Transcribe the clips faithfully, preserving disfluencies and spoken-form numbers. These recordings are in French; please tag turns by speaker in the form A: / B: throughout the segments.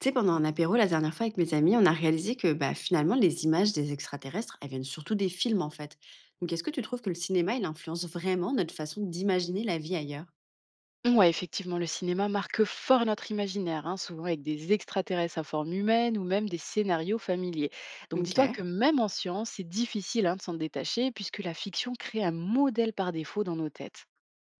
A: Tu sais, pendant un apéro la dernière fois avec mes amis, on a réalisé que bah, finalement, les images des extraterrestres, elles viennent surtout des films en fait. Donc, est-ce que tu trouves que le cinéma, il influence vraiment notre façon d'imaginer la vie ailleurs?
B: Ouais, effectivement, le cinéma marque fort notre imaginaire, hein, souvent avec des extraterrestres à forme humaine ou même des scénarios familiers. Donc dis-toi
A: Ok.
B: que même en science, c'est difficile, hein, de s'en détacher puisque la fiction crée un modèle par défaut dans nos têtes.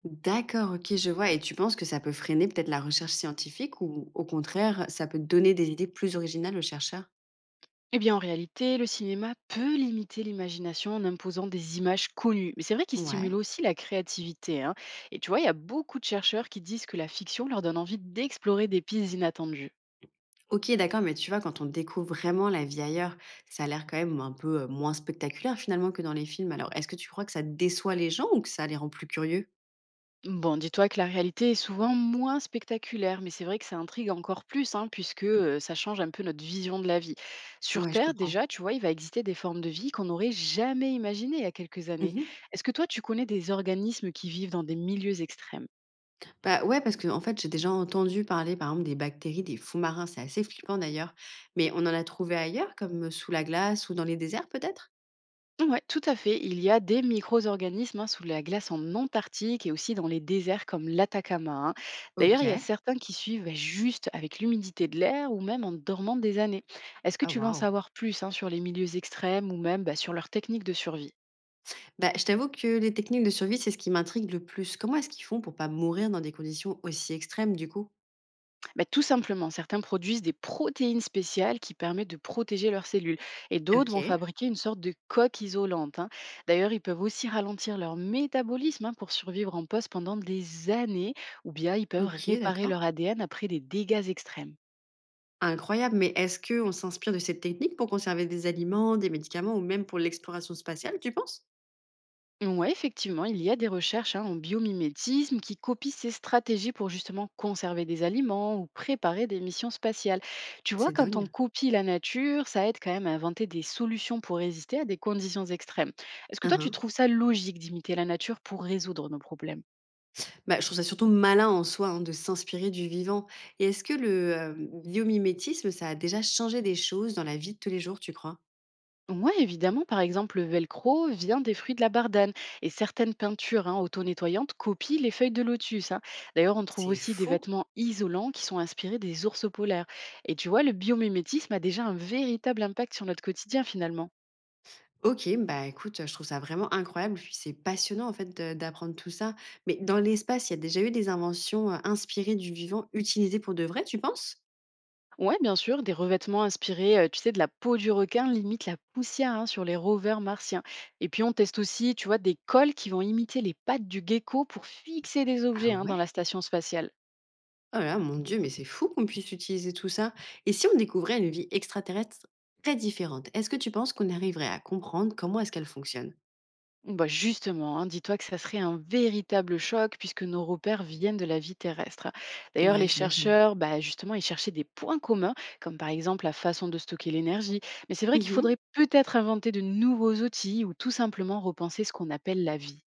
A: D'accord, ok, je vois. Et tu penses que ça peut freiner peut-être la recherche scientifique ou au contraire, ça peut donner des idées plus originales aux chercheurs?
B: Eh bien, en réalité, le cinéma peut limiter l'imagination en imposant des images connues. Mais c'est vrai qu'il stimule
A: Ouais.
B: aussi la créativité, hein. Et tu vois, il y a beaucoup de chercheurs qui disent que la fiction leur donne envie d'explorer des pistes inattendues.
A: Ok, d'accord, mais tu vois, quand on découvre vraiment la vie ailleurs, ça a l'air quand même un peu euh, moins spectaculaire finalement que dans les films. Alors, est-ce que tu crois que ça déçoit les gens ou que ça les rend plus curieux?
B: Bon, dis-toi que la réalité est souvent moins spectaculaire, mais c'est vrai que ça intrigue encore plus, hein, puisque euh, ça change un peu notre vision de la vie. Sur
A: Ouais, je
B: Terre,
A: comprends.
B: déjà, tu vois, il va exister des formes de vie qu'on n'aurait jamais imaginées il y a quelques années.
A: Mhm.
B: Est-ce que toi, tu connais des organismes qui vivent dans des milieux extrêmes?
A: Bah, ouais, parce que en fait, j'ai déjà entendu parler, par exemple, des bactéries des fonds marins. C'est assez flippant d'ailleurs. Mais on en a trouvé ailleurs, comme sous la glace ou dans les déserts peut-être?
B: Ouais, tout à fait. Il y a des micro-organismes, hein, sous la glace en Antarctique et aussi dans les déserts comme l'Atacama, hein.
A: Ok.
B: D'ailleurs, il y a certains qui suivent bah, juste avec l'humidité de l'air ou même en dormant des années. Est-ce que
A: Ah
B: tu veux en
A: waouh.
B: savoir plus, hein, sur les milieux extrêmes ou même bah, sur leurs techniques de survie?
A: Bah, je t'avoue que les techniques de survie, c'est ce qui m'intrigue le plus. Comment est-ce qu'ils font pour pas mourir dans des conditions aussi extrêmes du coup?
B: Bah, tout simplement, certains produisent des protéines spéciales qui permettent de protéger leurs cellules et d'autres vont
A: Ok.
B: fabriquer une sorte de coque isolante, hein. D'ailleurs, ils peuvent aussi ralentir leur métabolisme, hein, pour survivre en poste pendant des années ou bien ils peuvent
A: Ok,
B: réparer leur
A: d'accord.
B: A D N après des dégâts extrêmes.
A: Incroyable. Mais est-ce que on s'inspire de cette technique pour conserver des aliments, des médicaments ou même pour l'exploration spatiale, tu penses?
B: Oui, effectivement, il y a des recherches, hein, en biomimétisme qui copient ces stratégies pour justement conserver des aliments ou préparer des missions spatiales. Tu vois,
A: C'est
B: quand on
A: dingue.
B: copie la nature, ça aide quand même à inventer des solutions pour résister à des conditions extrêmes. Est-ce que toi, tu trouves ça logique d'imiter la nature pour résoudre nos problèmes?
A: Bah, je trouve ça surtout malin en soi, hein, de s'inspirer du vivant. Et est-ce que le, hem, biomimétisme, ça a déjà changé des choses dans la vie de tous les jours, tu crois?
B: Ouais, évidemment, par exemple, le velcro vient des fruits de la bardane et certaines peintures, hein, auto-nettoyantes copient les feuilles de lotus, hein. D'ailleurs, on trouve
A: C'est
B: aussi des
A: fou!
B: vêtements isolants qui sont inspirés des ours polaires. Et tu vois, le biomimétisme a déjà un véritable impact sur notre quotidien finalement.
A: OK, bah, écoute, je trouve ça vraiment incroyable, puis c'est passionnant, en fait, de d'apprendre tout ça. Mais dans l'espace, il y a déjà eu des inventions, heu, inspirées du vivant, utilisées pour de vrai, tu penses?
B: Ouais, bien sûr, des revêtements inspirés, euh, tu sais, de la peau du requin limite la poussière, hein, sur les rovers martiens. Et puis on teste aussi, tu vois, des cols qui vont imiter les pattes du gecko pour fixer des
A: Ah
B: objets, hein, dans
A: ouais?
B: la station spatiale.
A: Oh là mon Dieu, mais c'est fou qu'on puisse utiliser tout ça. Et si on découvrait une vie extraterrestre très différente, est-ce que tu penses qu'on arriverait à comprendre comment est-ce qu'elle fonctionne?
B: Bah justement, hein, dis-toi que ça serait un véritable choc puisque nos repères viennent de la vie terrestre. D'ailleurs,
A: Ouais,
B: les
A: j'imagine.
B: chercheurs, bah justement, ils cherchaient des points communs, comme par exemple la façon de stocker l'énergie. Mais c'est vrai qu'il
A: Mmh.
B: faudrait peut-être inventer de nouveaux outils ou tout simplement repenser ce qu'on appelle la vie.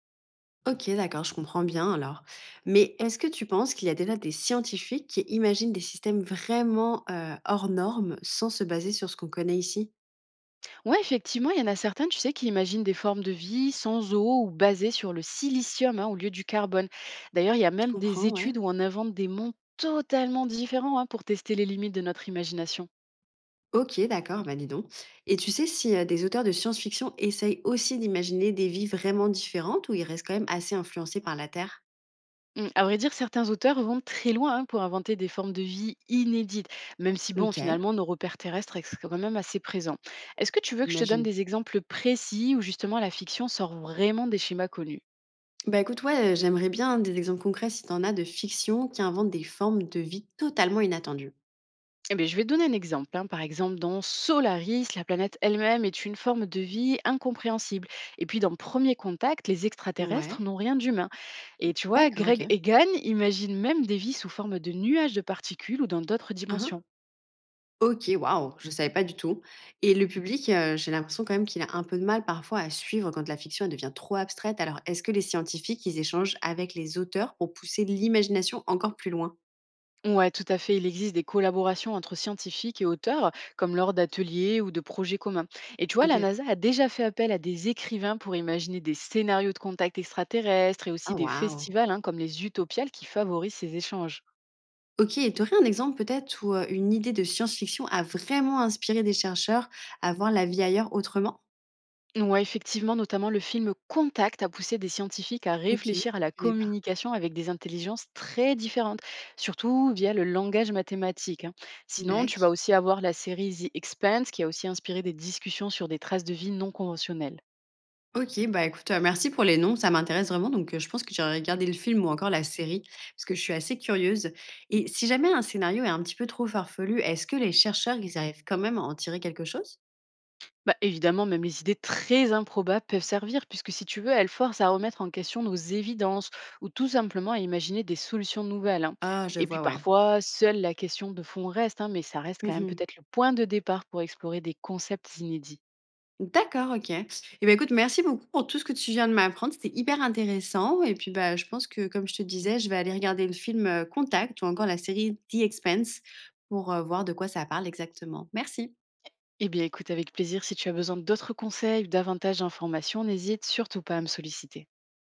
A: OK, d'accord, je comprends bien alors. Mais est-ce que tu penses qu'il y a déjà des scientifiques qui imaginent des systèmes vraiment, heu, hors normes sans se baser sur ce qu'on connaît ici?
B: Ouais, effectivement, il y en a certains, tu sais, qui imaginent des formes de vie sans eau ou basées sur le silicium, hein, au lieu du carbone. D'ailleurs, il y a
A: Je
B: même des
A: comprends, ouais.
B: études où on invente des mondes totalement différents, hein, pour tester les limites de notre imagination.
A: OK, d'accord, bah, dis donc. Et tu sais si, heu, des auteurs de science-fiction essayent aussi d'imaginer des vies vraiment différentes ou ils restent quand même assez influencés par la Terre?
B: Mmh, à vrai dire, certains auteurs vont très loin, hein, pour inventer des formes de vie inédites, même si, bon,
A: OK,
B: finalement, nos repères terrestres restent quand même assez présents. Est-ce que tu veux que je te donne
A: j'imagine.
B: des exemples précis où justement la fiction sort vraiment des schémas connus?
A: Bah, écoute, ouais, heu, j'aimerais bien des exemples concrets si t'en as de fiction qui inventent des formes de vie totalement inattendues.
B: Eh bien, je vais te donner un exemple, hein. Par exemple, dans Solaris, la planète elle-même est une forme de vie incompréhensible. Et puis, dans Premier Contact, les extraterrestres
A: Ouais,
B: n'ont rien d'humain. Et tu vois,
A: d'accord, OK.
B: Greg Egan imagine même des vies sous forme de nuages de particules ou dans d'autres
A: Mmh.
B: dimensions.
A: OK, waouh, je savais pas du tout et le public, heu, j'ai l'impression quand même qu'il a un peu de mal parfois à suivre quand la fiction, elle devient trop abstraite. Alors est-ce que les scientifiques, ils échangent avec les auteurs pour pousser l'imagination encore plus loin?
B: Ouais, tout à fait. Il existe des collaborations entre scientifiques et auteurs, comme lors d'ateliers ou de projets communs. Et tu vois, la
A: Intér
B: NASA a déjà fait appel à des écrivains pour imaginer des scénarios de contact extraterrestres et aussi
A: ah
B: des
A: waouh!
B: festivals, hein, comme les Utopiales qui favorisent ces échanges.
A: OK et tu aurais un exemple peut-être où, heu, une idée de science-fiction a vraiment inspiré des chercheurs à voir la vie ailleurs autrement?
B: Ouais, effectivement, notamment le film Contact a poussé des scientifiques à
A: OK, je
B: réfléchir à la
A: connais pas.
B: communication avec des intelligences très différentes, surtout via le langage mathématique, hein. Sinon, tu
A: D'acc
B: vas aussi avoir la série The Expanse qui a aussi inspiré des discussions sur des traces de vie non conventionnelles.
A: OK, bah, écoute, heu, merci pour les noms, ça m'intéresse vraiment donc heu, je pense que j'irai regarder le film ou encore la série parce que je suis assez curieuse et si jamais un scénario est un petit peu trop farfelu, est-ce que les chercheurs, ils arrivent quand même à en tirer quelque chose?
B: Bah, évidemment, même les idées très improbables peuvent servir, puisque si tu veux, elles forcent à remettre en question nos évidences ou tout simplement à imaginer des solutions nouvelles, hein.
A: Ah, je
B: Et puis
A: vois, ouais.
B: parfois, seule la question de fond reste, hein, mais ça reste quand même
A: Mmh.
B: peut-être le point de départ pour explorer des concepts inédits.
A: D'accord, OK et ben écoute, merci beaucoup pour tout ce que tu viens de m'apprendre, c'était hyper intéressant et puis, bah, je pense que comme je te disais, je vais aller regarder le film, heu, Contact ou encore la série The Expanse pour, heu, voir de quoi ça parle exactement. Merci.
B: Eh bien écoute, avec plaisir, si tu as besoin d'autres conseils ou davantage d'informations, n'hésite surtout pas à me solliciter.